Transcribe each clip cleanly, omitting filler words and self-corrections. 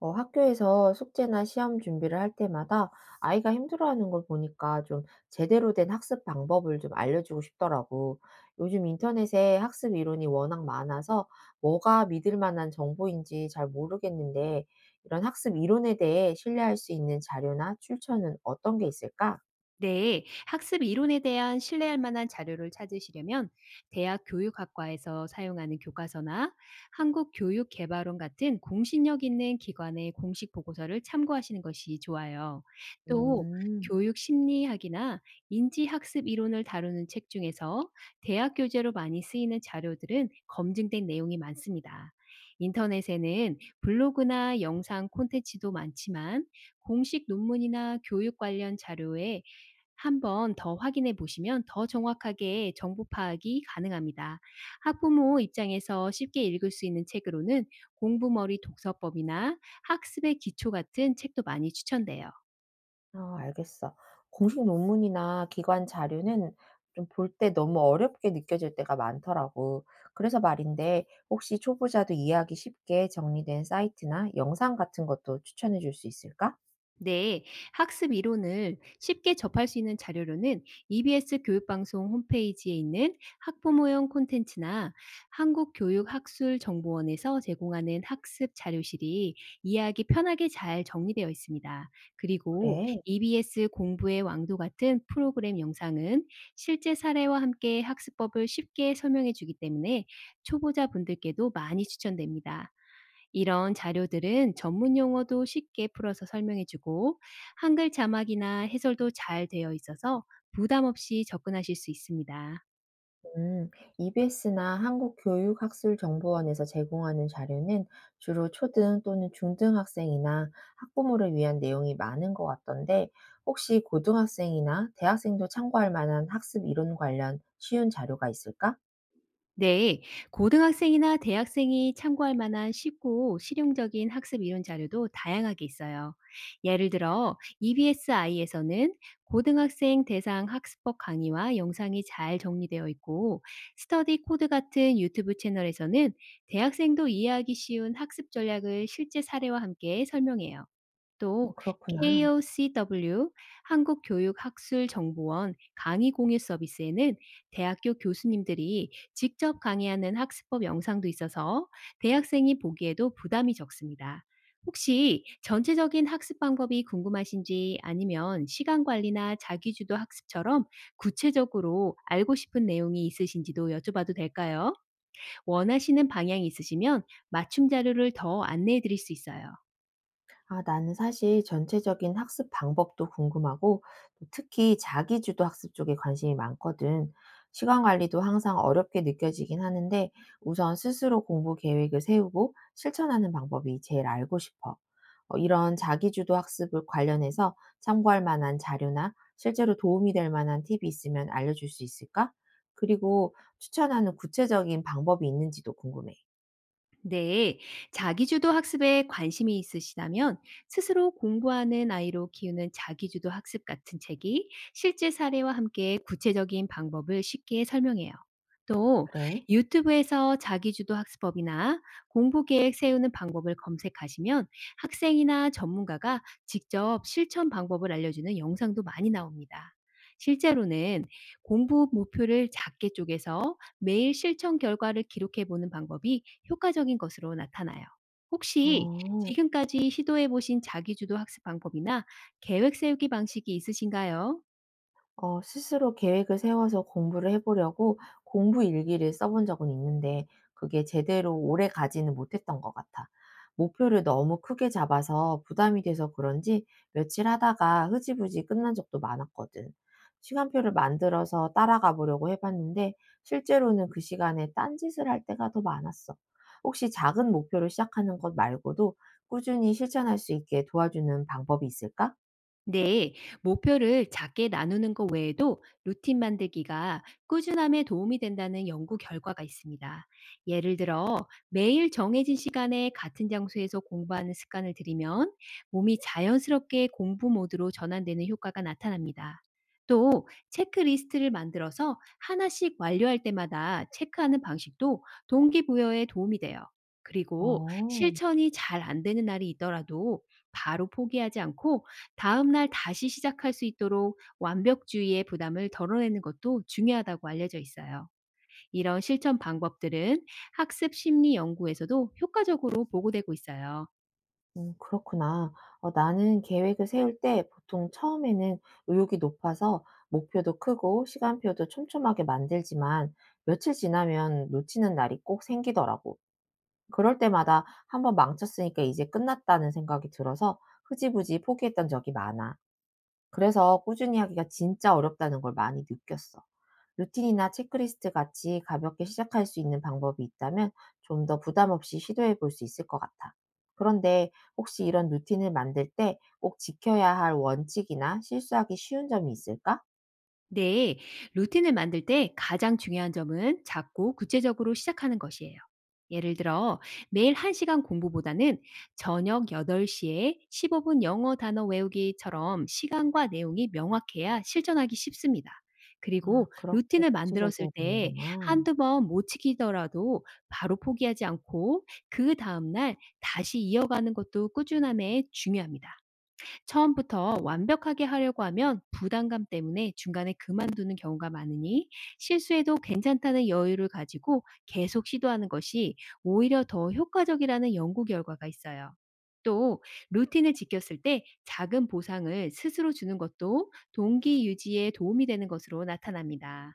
학교에서 숙제나 시험 준비를 할 때마다 아이가 힘들어하는 걸 보니까 좀 제대로 된 학습 방법을 좀 알려주고 싶더라고. 요즘 인터넷에 학습 이론이 워낙 많아서 뭐가 믿을 만한 정보인지 잘 모르겠는데, 이런 학습 이론에 대해 신뢰할 수 있는 자료나 출처는 어떤 게 있을까? 네, 학습 이론에 대한 신뢰할 만한 자료를 찾으시려면 대학 교육학과에서 사용하는 교과서나 한국교육개발원 같은 공신력 있는 기관의 공식 보고서를 참고하시는 것이 좋아요. 또 음. 교육 심리학이나 인지학습 이론을 다루는 책 중에서 대학 교재로 많이 쓰이는 자료들은 검증된 내용이 많습니다. 인터넷에는 블로그나 영상 콘텐츠도 많지만 공식 논문이나 교육 관련 자료에 한번 더 확인해 보시면 더 정확하게 정보 파악이 가능합니다. 학부모 입장에서 쉽게 읽을 수 있는 책으로는 공부머리 독서법이나 학습의 기초 같은 책도 많이 추천돼요. 아 알겠어. 공식 논문이나 기관 자료는 좀 볼 때 너무 어렵게 느껴질 때가 많더라고. 그래서 말인데 혹시 초보자도 이해하기 쉽게 정리된 사이트나 영상 같은 것도 추천해 줄 수 있을까? 네, 학습 이론을 쉽게 접할 수 있는 자료로는 EBS 교육방송 홈페이지에 있는 학부모용 콘텐츠나 한국교육학술정보원에서 제공하는 학습 자료실이 이해하기 편하게 잘 정리되어 있습니다. 그리고 그래. EBS 공부의 왕도 같은 프로그램 영상은 실제 사례와 함께 학습법을 쉽게 설명해 주기 때문에 초보자분들께도 많이 추천됩니다. 이런 자료들은 전문 용어도 쉽게 풀어서 설명해 주고 한글 자막이나 해설도 잘 되어 있어서 부담 없이 접근하실 수 있습니다. 음. EBS나 한국교육학술정보원에서 제공하는 자료는 주로 초등 또는 중등 학생이나 학부모를 위한 내용이 많은 것 같던데 혹시 고등학생이나 대학생도 참고할 만한 학습 이론 관련 쉬운 자료가 있을까? 네, 고등학생이나 대학생이 참고할 만한 쉽고 실용적인 학습 이론 자료도 다양하게 있어요. 예를 들어, EBSI에서는 고등학생 대상 학습법 강의와 영상이 잘 정리되어 있고, 스터디 코드 같은 유튜브 채널에서는 대학생도 이해하기 쉬운 학습 전략을 실제 사례와 함께 설명해요. 또 그렇구나. KOCW 한국교육학술정보원 강의 공유 서비스에는 대학교 교수님들이 직접 강의하는 학습법 영상도 있어서 대학생이 보기에도 부담이 적습니다. 혹시 전체적인 학습 방법이 궁금하신지 아니면 시간 관리나 자기주도 학습처럼 구체적으로 알고 싶은 내용이 있으신지도 여쭤봐도 될까요? 원하시는 방향이 있으시면 맞춤 자료를 더 안내해 드릴 수 있어요. 아 나는 사실 전체적인 학습 방법도 궁금하고 또 특히 자기주도 학습 쪽에 관심이 많거든. 시간 관리도 항상 어렵게 느껴지긴 하는데 우선 스스로 공부 계획을 세우고 실천하는 방법이 제일 알고 싶어. 이런 자기주도 학습을 관련해서 참고할 만한 자료나 실제로 도움이 될 만한 팁이 있으면 알려줄 수 있을까? 그리고 추천하는 구체적인 방법이 있는지도 궁금해. 네, 자기주도 학습에 관심이 있으시다면 스스로 공부하는 아이로 키우는 자기주도 학습 같은 책이 실제 사례와 함께 구체적인 방법을 쉽게 설명해요. 또 그래? 유튜브에서 자기주도 학습법이나 공부 계획 세우는 방법을 검색하시면 학생이나 전문가가 직접 실천 방법을 알려주는 영상도 많이 나옵니다. 실제로는 공부 목표를 작게 쪼개서 매일 실천 결과를 기록해 보는 방법이 효과적인 것으로 나타나요. 혹시 어. 지금까지 시도해 보신 자기주도 학습 방법이나 계획 세우기 방식이 있으신가요? 스스로 계획을 세워서 공부를 해 보려고 공부 일기를 써본 적은 있는데 그게 제대로 오래 가지는 못했던 것 같아. 목표를 너무 크게 잡아서 부담이 돼서 그런지 며칠 하다가 흐지부지 끝난 적도 많았거든. 시간표를 만들어서 따라가 보려고 해 봤는데 실제로는 그 시간에 딴짓을 할 때가 더 많았어. 혹시 작은 목표로 시작하는 것 말고도 꾸준히 실천할 수 있게 도와주는 방법이 있을까? 네, 목표를 작게 나누는 것 외에도 루틴 만들기가 꾸준함에 도움이 된다는 연구 결과가 있습니다. 예를 들어, 매일 정해진 시간에 같은 장소에서 공부하는 습관을 들이면 몸이 자연스럽게 공부 모드로 전환되는 효과가 나타납니다. 또, 체크리스트를 만들어서 하나씩 완료할 때마다 체크하는 방식도 동기부여에 도움이 돼요. 그리고 어. 실천이 잘 안 되는 날이 있더라도 바로 포기하지 않고 다음 날 다시 시작할 수 있도록 완벽주의의 부담을 덜어내는 것도 중요하다고 알려져 있어요. 이런 실천 방법들은 학습 심리 연구에서도 효과적으로 보고되고 있어요. 그렇구나. 나는 계획을 세울 때 보통 처음에는 의욕이 높아서 목표도 크고 시간표도 촘촘하게 만들지만 며칠 지나면 놓치는 날이 꼭 생기더라고. 그럴 때마다 한번 망쳤으니까 이제 끝났다는 생각이 들어서 흐지부지 포기했던 적이 많아. 그래서 꾸준히 하기가 진짜 어렵다는 걸 많이 느꼈어. 루틴이나 체크리스트 같이 가볍게 시작할 수 있는 방법이 있다면 좀 더 부담 없이 시도해 볼 수 있을 것 같아. 그런데 혹시 이런 루틴을 만들 때 꼭 지켜야 할 원칙이나 실수하기 쉬운 점이 있을까? 네, 루틴을 만들 때 가장 중요한 점은 작고 구체적으로 시작하는 것이에요. 예를 들어, 매일 1시간 공부보다는 저녁 8시에 15분 영어 단어 외우기처럼 시간과 내용이 명확해야 실천하기 쉽습니다. 아, 그리고 그렇게 루틴을 만들었을 구체적이어야 때 되는구나. 한두 번 못 지키더라도 바로 포기하지 않고 그 다음날 다시 이어가는 것도 꾸준함에 중요합니다. 처음부터 완벽하게 하려고 하면 부담감 때문에 중간에 그만두는 경우가 많으니 실수해도 괜찮다는 여유를 가지고 계속 시도하는 것이 오히려 더 효과적이라는 연구 결과가 있어요. 또 루틴을 지켰을 때 작은 보상을 스스로 주는 것도 동기 유지에 도움이 되는 것으로 나타납니다.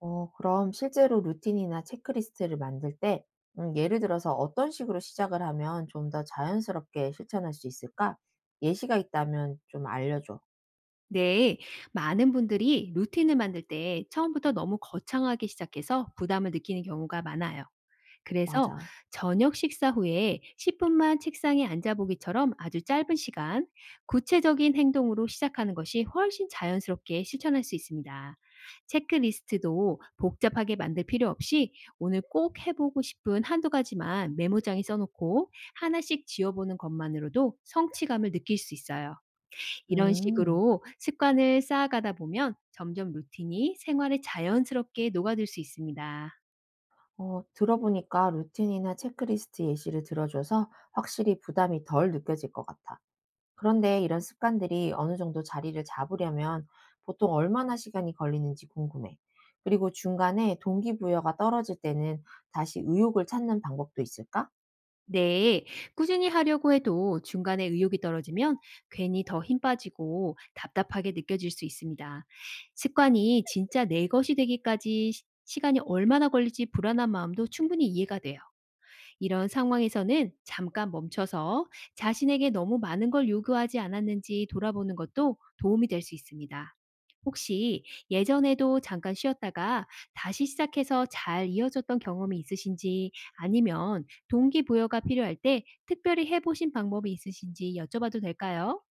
그럼 실제로 루틴이나 체크리스트를 만들 때, 예를 들어서 어떤 식으로 시작을 하면 좀 더 자연스럽게 실천할 수 있을까? 예시가 있다면 좀 알려줘. 네, 많은 분들이 루틴을 만들 때 처음부터 너무 거창하게 시작해서 부담을 느끼는 경우가 많아요. 그래서 맞아. 저녁 식사 후에 10분 분만 책상에 앉아 보기처럼 아주 짧은 시간, 구체적인 행동으로 시작하는 것이 훨씬 자연스럽게 실천할 수 있습니다. 체크리스트도 복잡하게 만들 필요 없이 오늘 꼭 해보고 싶은 한두 가지만 메모장에 써놓고 하나씩 지어보는 것만으로도 성취감을 느낄 수 있어요. 이런 음, 식으로 습관을 쌓아가다 보면 점점 루틴이 생활에 자연스럽게 녹아들 수 있습니다. 들어보니까 루틴이나 체크리스트 예시를 들어줘서 확실히 부담이 덜 느껴질 것 같아. 그런데 이런 습관들이 어느 정도 자리를 잡으려면 보통 얼마나 시간이 걸리는지 궁금해. 그리고 중간에 동기부여가 떨어질 때는 다시 의욕을 찾는 방법도 있을까? 네, 꾸준히 하려고 해도 중간에 의욕이 떨어지면 괜히 더 힘 빠지고 답답하게 느껴질 수 있습니다. 습관이 진짜 내 것이 되기까지 시간이 얼마나 걸릴지 불안한 마음도 충분히 이해가 돼요. 이런 상황에서는 잠깐 멈춰서 자신에게 너무 많은 걸 요구하지 않았는지 돌아보는 것도 도움이 될 수 있습니다. 혹시 예전에도 잠깐 쉬었다가 다시 시작해서 잘 이어졌던 경험이 있으신지 아니면 동기부여가 필요할 때 특별히 해보신 방법이 있으신지 여쭤봐도 될까요?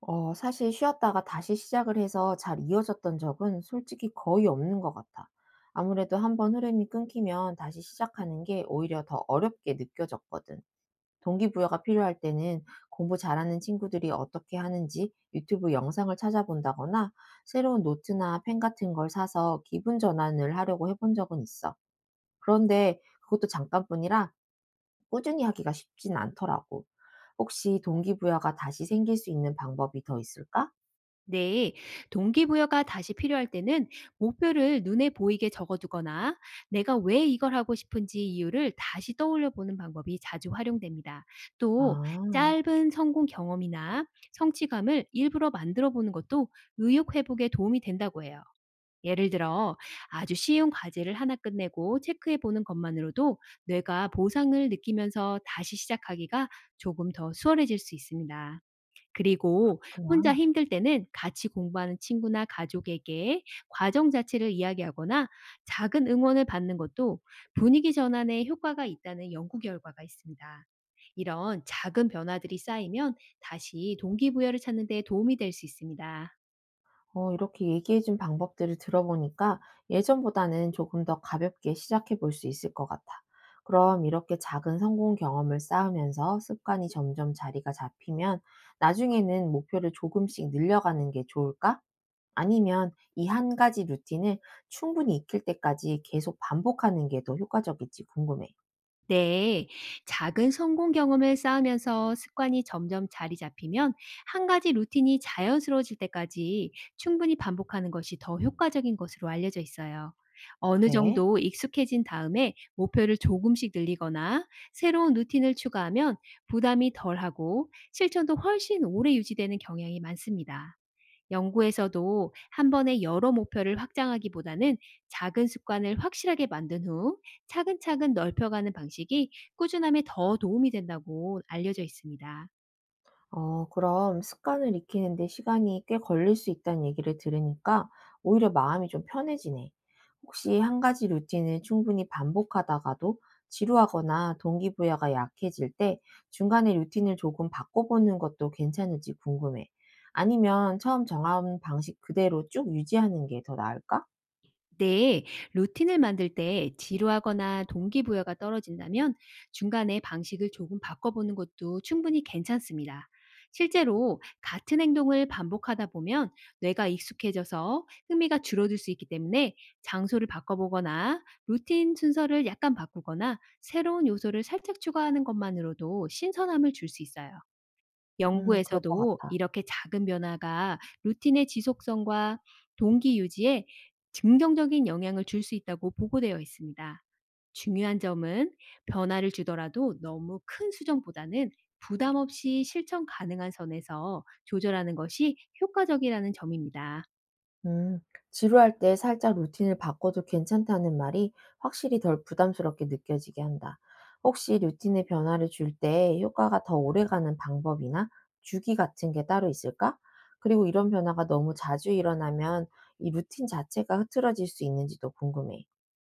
사실 쉬었다가 다시 시작을 해서 잘 이어졌던 적은 솔직히 거의 없는 것 같아. 아무래도 한번 흐름이 끊기면 다시 시작하는 게 오히려 더 어렵게 느껴졌거든. 동기부여가 필요할 때는 공부 잘하는 친구들이 어떻게 하는지 유튜브 영상을 찾아본다거나 새로운 노트나 펜 같은 걸 사서 기분 전환을 하려고 해본 적은 있어. 그런데 그것도 잠깐뿐이라 꾸준히 하기가 쉽진 않더라고. 혹시 동기부여가 다시 생길 수 있는 방법이 더 있을까? 네. 동기부여가 다시 필요할 때는 목표를 눈에 보이게 적어두거나 내가 왜 이걸 하고 싶은지 이유를 다시 떠올려 보는 방법이 자주 활용됩니다. 또 아, 짧은 성공 경험이나 성취감을 일부러 만들어 보는 것도 의욕 회복에 도움이 된다고 해요. 예를 들어 아주 쉬운 과제를 하나 끝내고 체크해 보는 것만으로도 뇌가 보상을 느끼면서 다시 시작하기가 조금 더 수월해질 수 있습니다. 그리고 그렇구나. 혼자 힘들 때는 같이 공부하는 친구나 가족에게 과정 자체를 이야기하거나 작은 응원을 받는 것도 분위기 전환에 효과가 있다는 연구 결과가 있습니다. 이런 작은 변화들이 쌓이면 다시 동기부여를 찾는 데 도움이 될 수 있습니다. 이렇게 얘기해준 방법들을 들어보니까 예전보다는 조금 더 가볍게 시작해 볼 수 있을 것 같아. 그럼 이렇게 작은 성공 경험을 쌓으면서 습관이 점점 자리가 잡히면 나중에는 목표를 조금씩 늘려가는 게 좋을까? 아니면 이 한 가지 루틴을 충분히 익힐 때까지 계속 반복하는 게 더 효과적일지 궁금해. 네, 작은 성공 경험을 쌓으면서 습관이 점점 자리 잡히면 한 가지 루틴이 자연스러워질 때까지 충분히 반복하는 것이 더 효과적인 것으로 알려져 있어요. 어느 그래? 정도 익숙해진 다음에 목표를 조금씩 늘리거나 새로운 루틴을 추가하면 부담이 덜하고 실천도 훨씬 오래 유지되는 경향이 많습니다. 연구에서도 한 번에 여러 목표를 확장하기보다는 작은 습관을 확실하게 만든 후 차근차근 넓혀가는 방식이 꾸준함에 더 도움이 된다고 알려져 있습니다. 그럼 습관을 익히는데 시간이 꽤 걸릴 수 있다는 얘기를 들으니까 오히려 마음이 좀 편해지네. 혹시 한 가지 루틴을 충분히 반복하다가도 지루하거나 동기부여가 약해질 때 중간에 루틴을 조금 바꿔보는 것도 괜찮을지 궁금해. 아니면 처음 정한 방식 그대로 쭉 유지하는 게 더 나을까? 네, 루틴을 만들 때 지루하거나 동기부여가 떨어진다면 중간에 방식을 조금 바꿔보는 것도 충분히 괜찮습니다. 실제로 같은 행동을 반복하다 보면 뇌가 익숙해져서 흥미가 줄어들 수 있기 때문에 장소를 바꿔보거나 루틴 순서를 약간 바꾸거나 새로운 요소를 살짝 추가하는 것만으로도 신선함을 줄 수 있어요. 그럴 것 연구에서도 같아. 이렇게 작은 변화가 루틴의 지속성과 동기 유지에 긍정적인 영향을 줄 수 있다고 보고되어 있습니다. 중요한 점은 변화를 주더라도 너무 큰 수정보다는 부담 없이 실천 가능한 선에서 조절하는 것이 효과적이라는 점입니다. 음, 지루할 때 살짝 루틴을 바꿔도 괜찮다는 말이 확실히 덜 부담스럽게 느껴지게 한다. 혹시 루틴의 변화를 줄 때 효과가 더 오래가는 방법이나 주기 같은 게 따로 있을까? 그리고 이런 변화가 너무 자주 일어나면 이 루틴 자체가 흐트러질 수 있는지도 궁금해.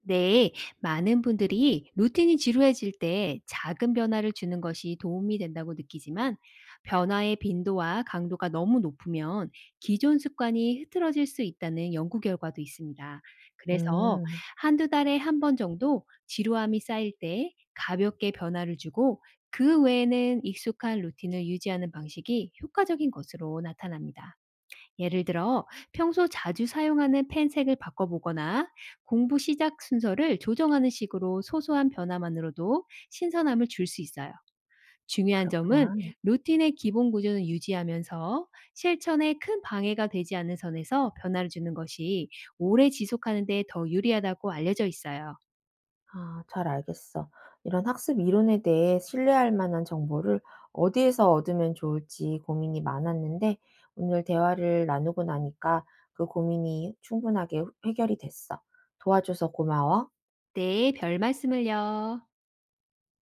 네, 많은 분들이 루틴이 지루해질 때 작은 변화를 주는 것이 도움이 된다고 느끼지만 변화의 빈도와 강도가 너무 높으면 기존 습관이 흐트러질 수 있다는 연구 결과도 있습니다. 그래서 음, 한두 달에 한 번 정도 지루함이 쌓일 때 가볍게 변화를 주고 그 외에는 익숙한 루틴을 유지하는 방식이 효과적인 것으로 나타납니다. 예를 들어 평소 자주 사용하는 펜 색을 바꿔보거나 공부 시작 순서를 조정하는 식으로 소소한 변화만으로도 신선함을 줄 수 있어요. 중요한 점은 그렇구나. 루틴의 기본 구조는 유지하면서 실천에 큰 방해가 되지 않는 선에서 변화를 주는 것이 오래 지속하는 데 더 유리하다고 알려져 있어요. 아, 잘 알겠어. 이런 학습 이론에 대해 신뢰할 만한 정보를 어디에서 얻으면 좋을지 고민이 많았는데, 오늘 대화를 나누고 나니까 그 고민이 충분하게 해결이 됐어. 도와줘서 고마워. 네, 별 말씀을요.